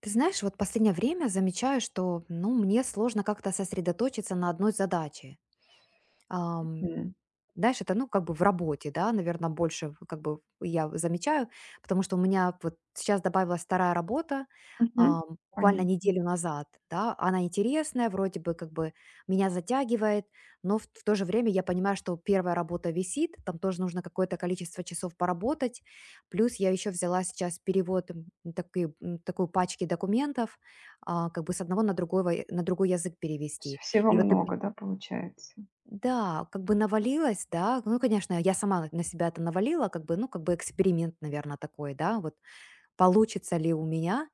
Ты знаешь, вот последнее время замечаю, что, ну, мне сложно как-то сосредоточиться на одной задаче. Ам, М. знаешь, это, ну, как бы в работе, да, наверное, больше как бы я замечаю, потому что у меня вот сейчас добавилась вторая работа, Мгм. ам, буквально Понятно. неделю назад, да, она интересная, вроде бы как бы меня затягивает, но в то же время я понимаю, что первая работа висит, там тоже нужно какое-то количество часов поработать, плюс я еще взяла сейчас перевод такой, такой пачки документов, как бы с одного на другой, язык Вс перевести. Всего И вот ты много, да, получается? да, как бы навалилось, да. Ну, конечно, я сама на себя это навалила, как бы, ну, как бы эксперимент, наверное, такой, да, вот получится ли у меня.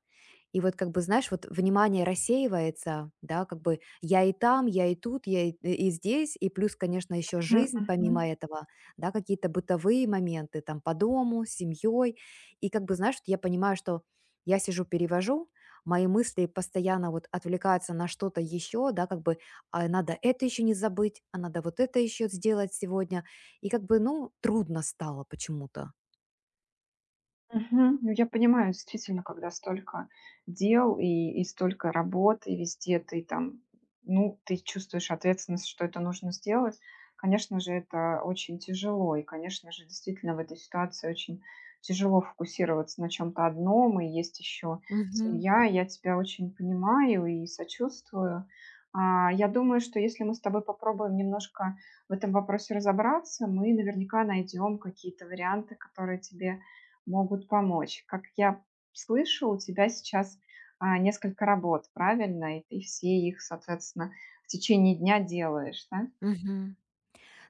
И вот как бы, знаешь, вот внимание рассеивается, да, как бы я и там, я и тут, я и здесь, и плюс, конечно, еще Мгм, жизнь мгм. помимо этого, да, какие-то бытовые моменты там по дому, с семьей. И как бы, знаешь, вот я понимаю, что я сижу, перевожу, мои мысли постоянно вот отвлекаются на что-то еще, да, как бы а надо это еще не забыть, а надо вот это еще сделать сегодня. И как бы, ну, трудно стало почему-то. Мгм. Ну, я понимаю, действительно, когда столько дел и столько работы везде, ты там, ну, ты чувствуешь ответственность, что это нужно сделать. Конечно же, это очень тяжело, и, конечно же, действительно в этой ситуации очень тяжело фокусироваться на чем-то одном, и есть еще Мгм. семья. Я тебя очень понимаю и сочувствую. Я думаю, что если мы с тобой попробуем немножко в этом вопросе разобраться, мы наверняка найдем какие-то варианты, которые тебе могут помочь. Как я слышу, у тебя сейчас несколько работ, правильно? И ты все их, соответственно, в течение дня делаешь, да? Мгм.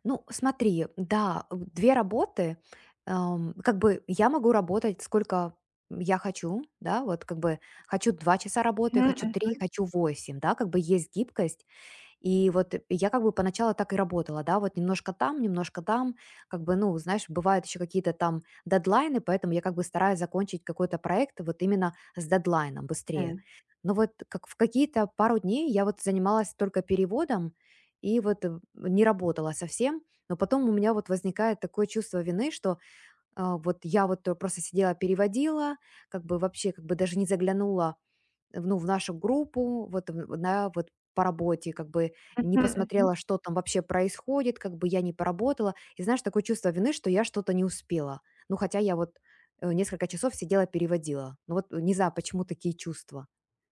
Ну, смотри, да, 2 работы, как бы я могу работать сколько я хочу, да, вот как бы хочу 2 часа работы, Мгм, хочу 3, мгм. хочу 8, да, как бы есть гибкость. И вот я как бы поначалу так и работала, да, вот немножко там, как бы, ну, знаешь, бывают еще какие-то там дедлайны, поэтому я как бы стараюсь закончить какой-то проект вот именно с дедлайном быстрее. Но вот как в какие-то пару дней я вот занималась только переводом и вот не работала совсем, но потом у меня вот возникает такое чувство вины, что вот я вот просто сидела, переводила, как бы вообще как бы даже не заглянула ну, в нашу группу, вот в на вот по работе, как бы не Мгм, мгм. посмотрела, что там вообще происходит, как бы я не поработала. И знаешь, такое чувство вины, что я что-то не успела. Ну, хотя я вот, несколько часов сидела, переводила. Ну, вот не знаю, почему такие чувства.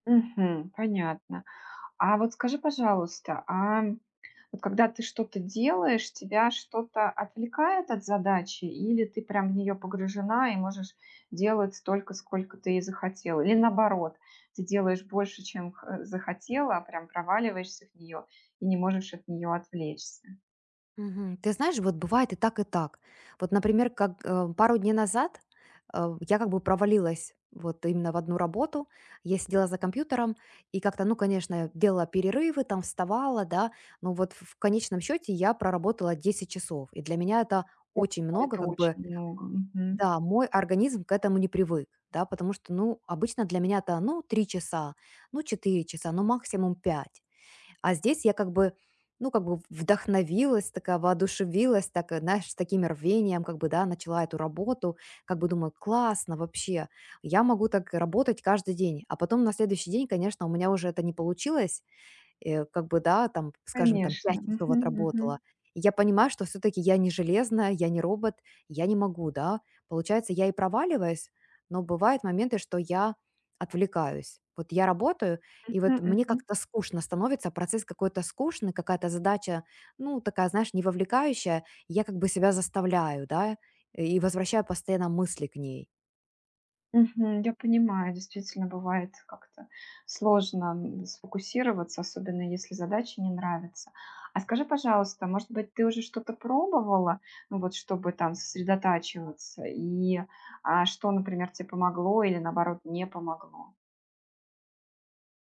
Мгм. Понятно. А вот скажи, пожалуйста, а вот когда ты что-то делаешь, тебя что-то отвлекает от задачи, или ты прям в нее погружена и можешь делать столько, сколько ты и захотела? Или наоборот, ты делаешь больше, чем захотела, а прям проваливаешься в нее и не можешь от нее отвлечься? Мгм. Ты знаешь, вот бывает и так, и так. Вот, например, как пару дней назад я как бы провалилась вот именно в одну работу. Я сидела за компьютером и как-то, ну, конечно, делала перерывы, там вставала, да, но вот в конечном счете я проработала 10 часов. И для меня это очень О, много, это как бы, очень много. Мгм. да, мой организм к этому не привык, да, потому что, ну, обычно для меня это, ну, 3 часа, ну, 4 часа, ну, максимум 5. А здесь я как бы, ну, как бы вдохновилась, такая воодушевилась, так, знаешь, с таким рвением, как бы, да, начала эту работу, как бы думаю, классно вообще, я могу так работать каждый день. А потом на следующий день, конечно, у меня уже это не получилось, как бы, да, там, скажем, там 5 Конечно. часов Мгм, отработала. мгм. И я понимаю, что все-таки я не железная, я не робот, я не могу, да. Получается, я и проваливаюсь, но бывают моменты, что я отвлекаюсь. Вот я работаю, и Мгм, вот мне мгм. как-то скучно становится, процесс какой-то скучный, какая-то задача, ну, такая, знаешь, не вовлекающая. Я как бы себя заставляю, да, и возвращаю постоянно мысли к ней. Мгм. Я понимаю, действительно бывает как-то сложно сфокусироваться, особенно если задача не нравится. А скажи, пожалуйста, может быть, ты уже что-то пробовала, ну вот, чтобы там сосредотачиваться, и что, например, тебе помогло или наоборот не помогло?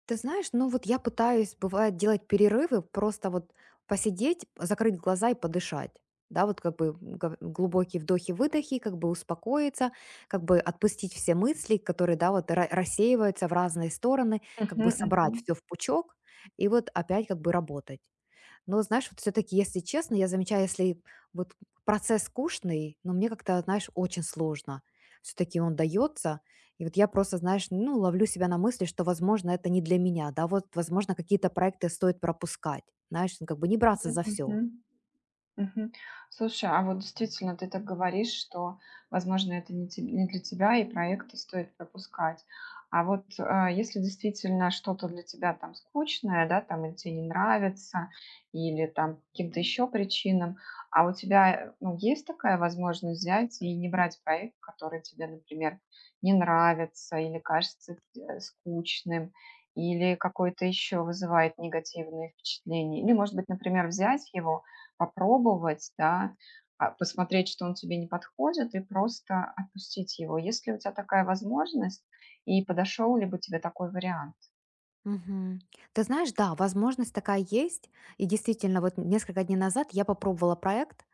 Ты знаешь, ну вот я пытаюсь, бывает, делать перерывы, просто вот посидеть, закрыть глаза и подышать. Да, вот как бы глубокие вдохи-выдохи, как бы успокоиться, как бы отпустить все мысли, которые, да, вот рассеиваются в разные стороны, как Мгм, бы собрать мгм, все в пучок и вот опять как бы работать. Но, знаешь, вот все таки если честно, я замечаю, если вот процесс скучный, но мне как-то, знаешь, очень сложно, все таки он дается. И вот я просто, знаешь, ну, ловлю себя на мысли, что, возможно, это не для меня. Да, вот, возможно, какие-то проекты стоит пропускать. Знаешь, ну, как бы не браться мгм, за все. мгм. Мгм. Слушай, а вот действительно ты так говоришь, что, возможно, это не для тебя, и проекты стоит пропускать. А вот если действительно что-то для тебя там скучное, да, там или тебе не нравится, или там по каким-то еще причинам, а у тебя, ну, есть такая возможность взять и не брать проект, который тебе, например, не нравится или кажется скучным, или какой-то еще вызывает негативные впечатления, или, может быть, например, взять его, попробовать, да, посмотреть, что он тебе не подходит, и просто отпустить его. Если у тебя такая возможность, и подошел ли бы тебе такой вариант? Мгм. Ты знаешь, да, возможность такая есть. И действительно, вот несколько дней назад я попробовала проект.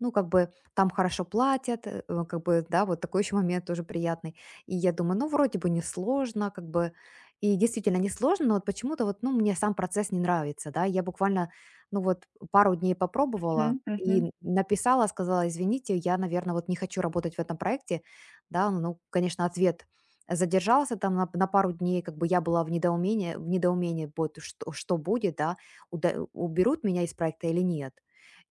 Ну, как бы там хорошо платят, как бы, да, вот такой еще момент тоже приятный. И я думаю, ну, вроде бы несложно, как бы, и действительно несложно, но вот почему-то вот, ну, мне сам процесс не нравится, да, я буквально, ну, вот пару дней попробовала Мгм, мгм, и написала, сказала, извините, я, наверное, вот не хочу работать в этом проекте, да, ну, конечно, ответ задержался там на пару дней, как бы я была в недоумении, вот что будет, да, уда уберут меня из проекта или нет.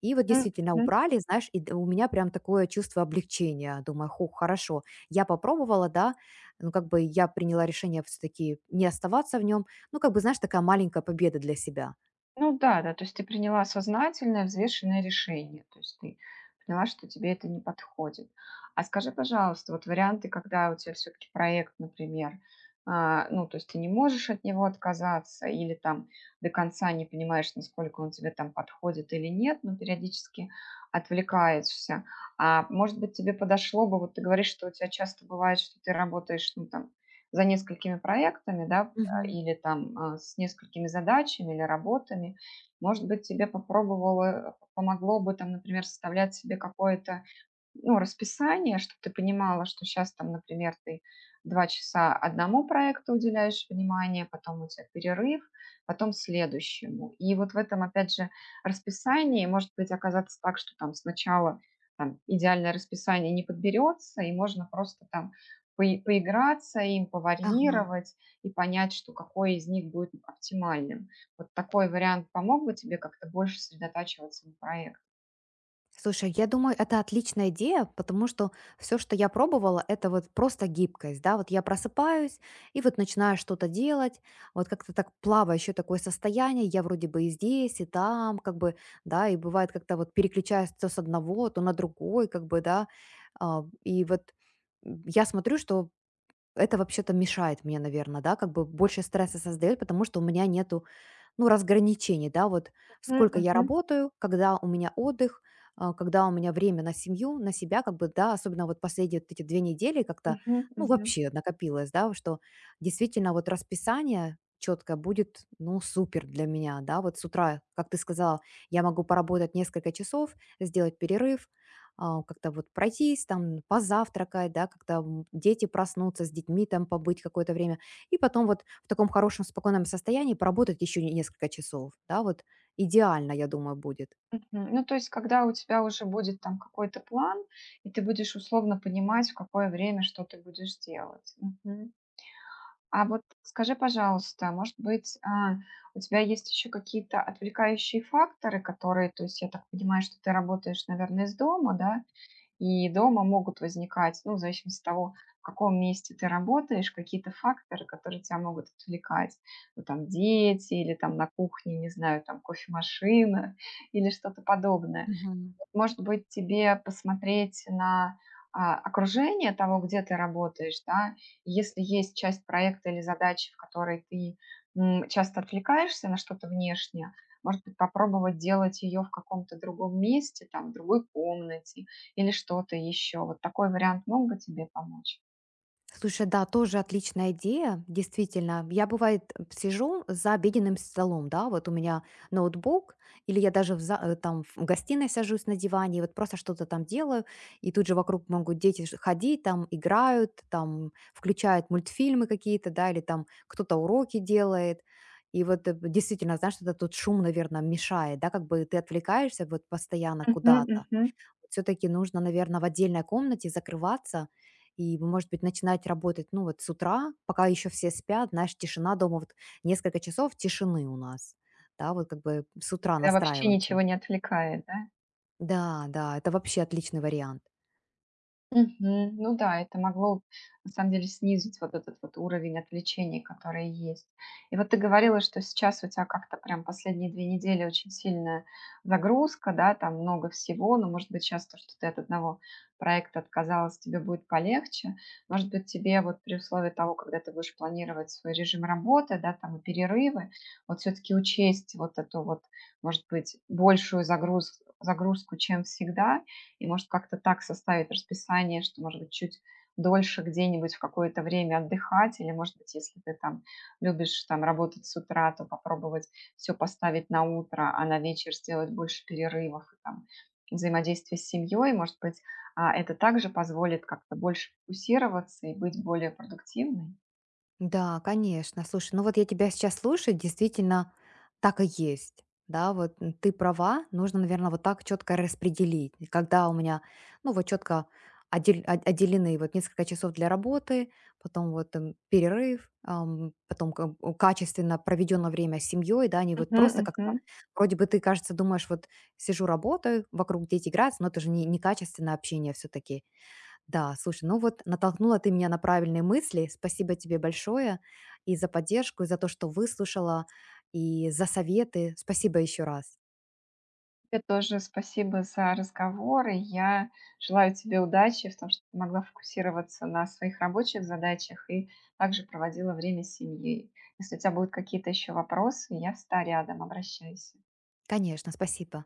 И вот м, действительно мгм. убрали, знаешь, и д у меня прям такое чувство облегчения. Думаю: Хорошо, я попробовала, да". Ну, как бы я приняла решение все таки не оставаться в нем. Ну, как бы, знаешь, такая маленькая победа для себя. Ну да, да, то есть ты приняла сознательное, взвешенное решение. То есть ты поняла, что тебе это не подходит. А скажи, пожалуйста, вот варианты, когда у тебя все-таки проект, например, ну, то есть ты не можешь от него отказаться или там до конца не понимаешь, насколько он тебе там подходит или нет, но периодически отвлекаешься. А может быть, тебе подошло бы, вот ты говоришь, что у тебя часто бывает, что ты работаешь, ну, там, за несколькими проектами, да, Мгм. или там с несколькими задачами или работами, может быть, тебе помогло бы там, например, составлять себе какое-то, ну, расписание, чтобы ты понимала, что сейчас там, например, ты 2 часа одному проекту уделяешь внимание, потом у тебя перерыв, потом следующему. И вот в этом, опять же, расписании может быть оказаться так, что там сначала там идеальное расписание не подберется, и можно просто там поиграться им, Ага. поварьировать и понять, что какой из них будет оптимальным. Вот такой вариант помог бы тебе как-то больше сосредотачиваться на проекте. Слушай, я думаю, это отличная идея, потому что все, что я пробовала, это вот просто гибкость, да, вот я просыпаюсь и вот начинаю что-то делать, вот как-то так плавающее такое состояние, я вроде бы и здесь, и там, как бы, да, и бывает как-то вот переключаюсь то с одного, то на другой, как бы, да. И вот я смотрю, что это вообще-то мешает мне, наверное, да, как бы больше стресса создает, потому что у меня нету ну, разграничений, да, вот Мгм, сколько я мгм, работаю, когда у меня отдых, когда у меня время на семью, на себя, как бы, да, особенно вот последние вот эти 2 недели как-то, мгм, ну, мгм. вообще накопилось, да, что действительно вот расписание четко будет, ну, супер для меня, да, вот с утра, как ты сказала, я могу поработать несколько часов, сделать перерыв, как-то вот пройтись, там, позавтракать, да, как-то дети проснутся, с детьми там побыть какое-то время, и потом вот в таком хорошем спокойном состоянии поработать еще несколько часов, да, вот идеально, я думаю, будет. Мгм. Ну, то есть, когда у тебя уже будет там какой-то план, и ты будешь условно понимать, в какое время что ты будешь делать. Мгм. А вот скажи, пожалуйста, может быть, у тебя есть еще какие-то отвлекающие факторы, которые, то есть, я так понимаю, что ты работаешь, наверное, из дома, да, и дома могут возникать, ну, в зависимости от того, в каком месте ты работаешь, какие-то факторы, которые тебя могут отвлекать. Ну, там, дети или там на кухне, не знаю, там, кофемашина или что-то подобное. Мгм. Может быть, тебе посмотреть на окружение того, где ты работаешь, да, и если есть часть проекта или задачи, в которой ты часто отвлекаешься на что-то внешнее, может быть, попробовать делать ее в каком-то другом месте, там, в другой комнате или что-то еще. Вот такой вариант мог бы тебе помочь. Слушай, да, тоже отличная идея, действительно. Я, бывает, сижу за обеденным столом, да, вот у меня ноутбук, или я даже там, в гостиной сажусь на диване, и вот просто что-то там делаю, и тут же вокруг могут дети ходить, там играют, там включают мультфильмы какие-то, да, или там кто-то уроки делает. И вот действительно, знаешь, что-то тут шум, наверное, мешает, да, как бы ты отвлекаешься вот постоянно Мгм, куда-то, мгм. все таки нужно, наверное, в отдельной комнате закрываться и, может быть, начинать работать, ну, вот с утра, пока еще все спят. Знаешь, тишина дома, вот несколько часов тишины у нас. Да, вот как бы с утра Когда вообще настраиваться. ничего не отвлекает, да? Да, да, это вообще отличный вариант. Мгм. Ну да, это могло на самом деле снизить вот этот вот уровень отвлечений, который есть. И вот ты говорила, что сейчас у тебя как-то прям последние 2 недели очень сильная загрузка, да, там много всего, но, может быть, сейчас то, что ты от одного проекта отказалась, тебе будет полегче. Может быть, тебе вот при условии того, когда ты будешь планировать свой режим работы, да, там и перерывы, вот все-таки учесть вот эту вот, может быть, большую загрузку, чем всегда, и, может, как-то так составить расписание, что, может быть, чуть дольше где-нибудь в какое-то время отдыхать, или, может быть, если ты там любишь там работать с утра, то попробовать все поставить на утро, а на вечер сделать больше перерывов и там взаимодействие с семьей, может быть, это также позволит как-то больше фокусироваться и быть более продуктивной. Да, конечно. Слушай, ну вот я тебя сейчас слушаю, действительно так и есть. Да, вот ты права, нужно, наверное, вот так четко распределить. И когда у меня, ну вот четко отделены вот несколько часов для работы, потом вот перерыв, потом качественно проведенное время с семьей, да, не вот Мгм, просто как-то, мгм. вроде бы ты, кажется, думаешь, вот сижу, работаю, вокруг дети играются, но это же не, некачественное общение все-таки. Да, слушай, ну вот натолкнула ты меня на правильные мысли. Спасибо тебе большое и за поддержку, и за то, что выслушала, и за советы. Спасибо еще раз. Тебе тоже спасибо за разговор, и я желаю тебе удачи в том, что ты могла фокусироваться на своих рабочих задачах и также проводила время с семьей. Если у тебя будут какие-то еще вопросы, я всегда рядом, обращайся. Конечно, спасибо.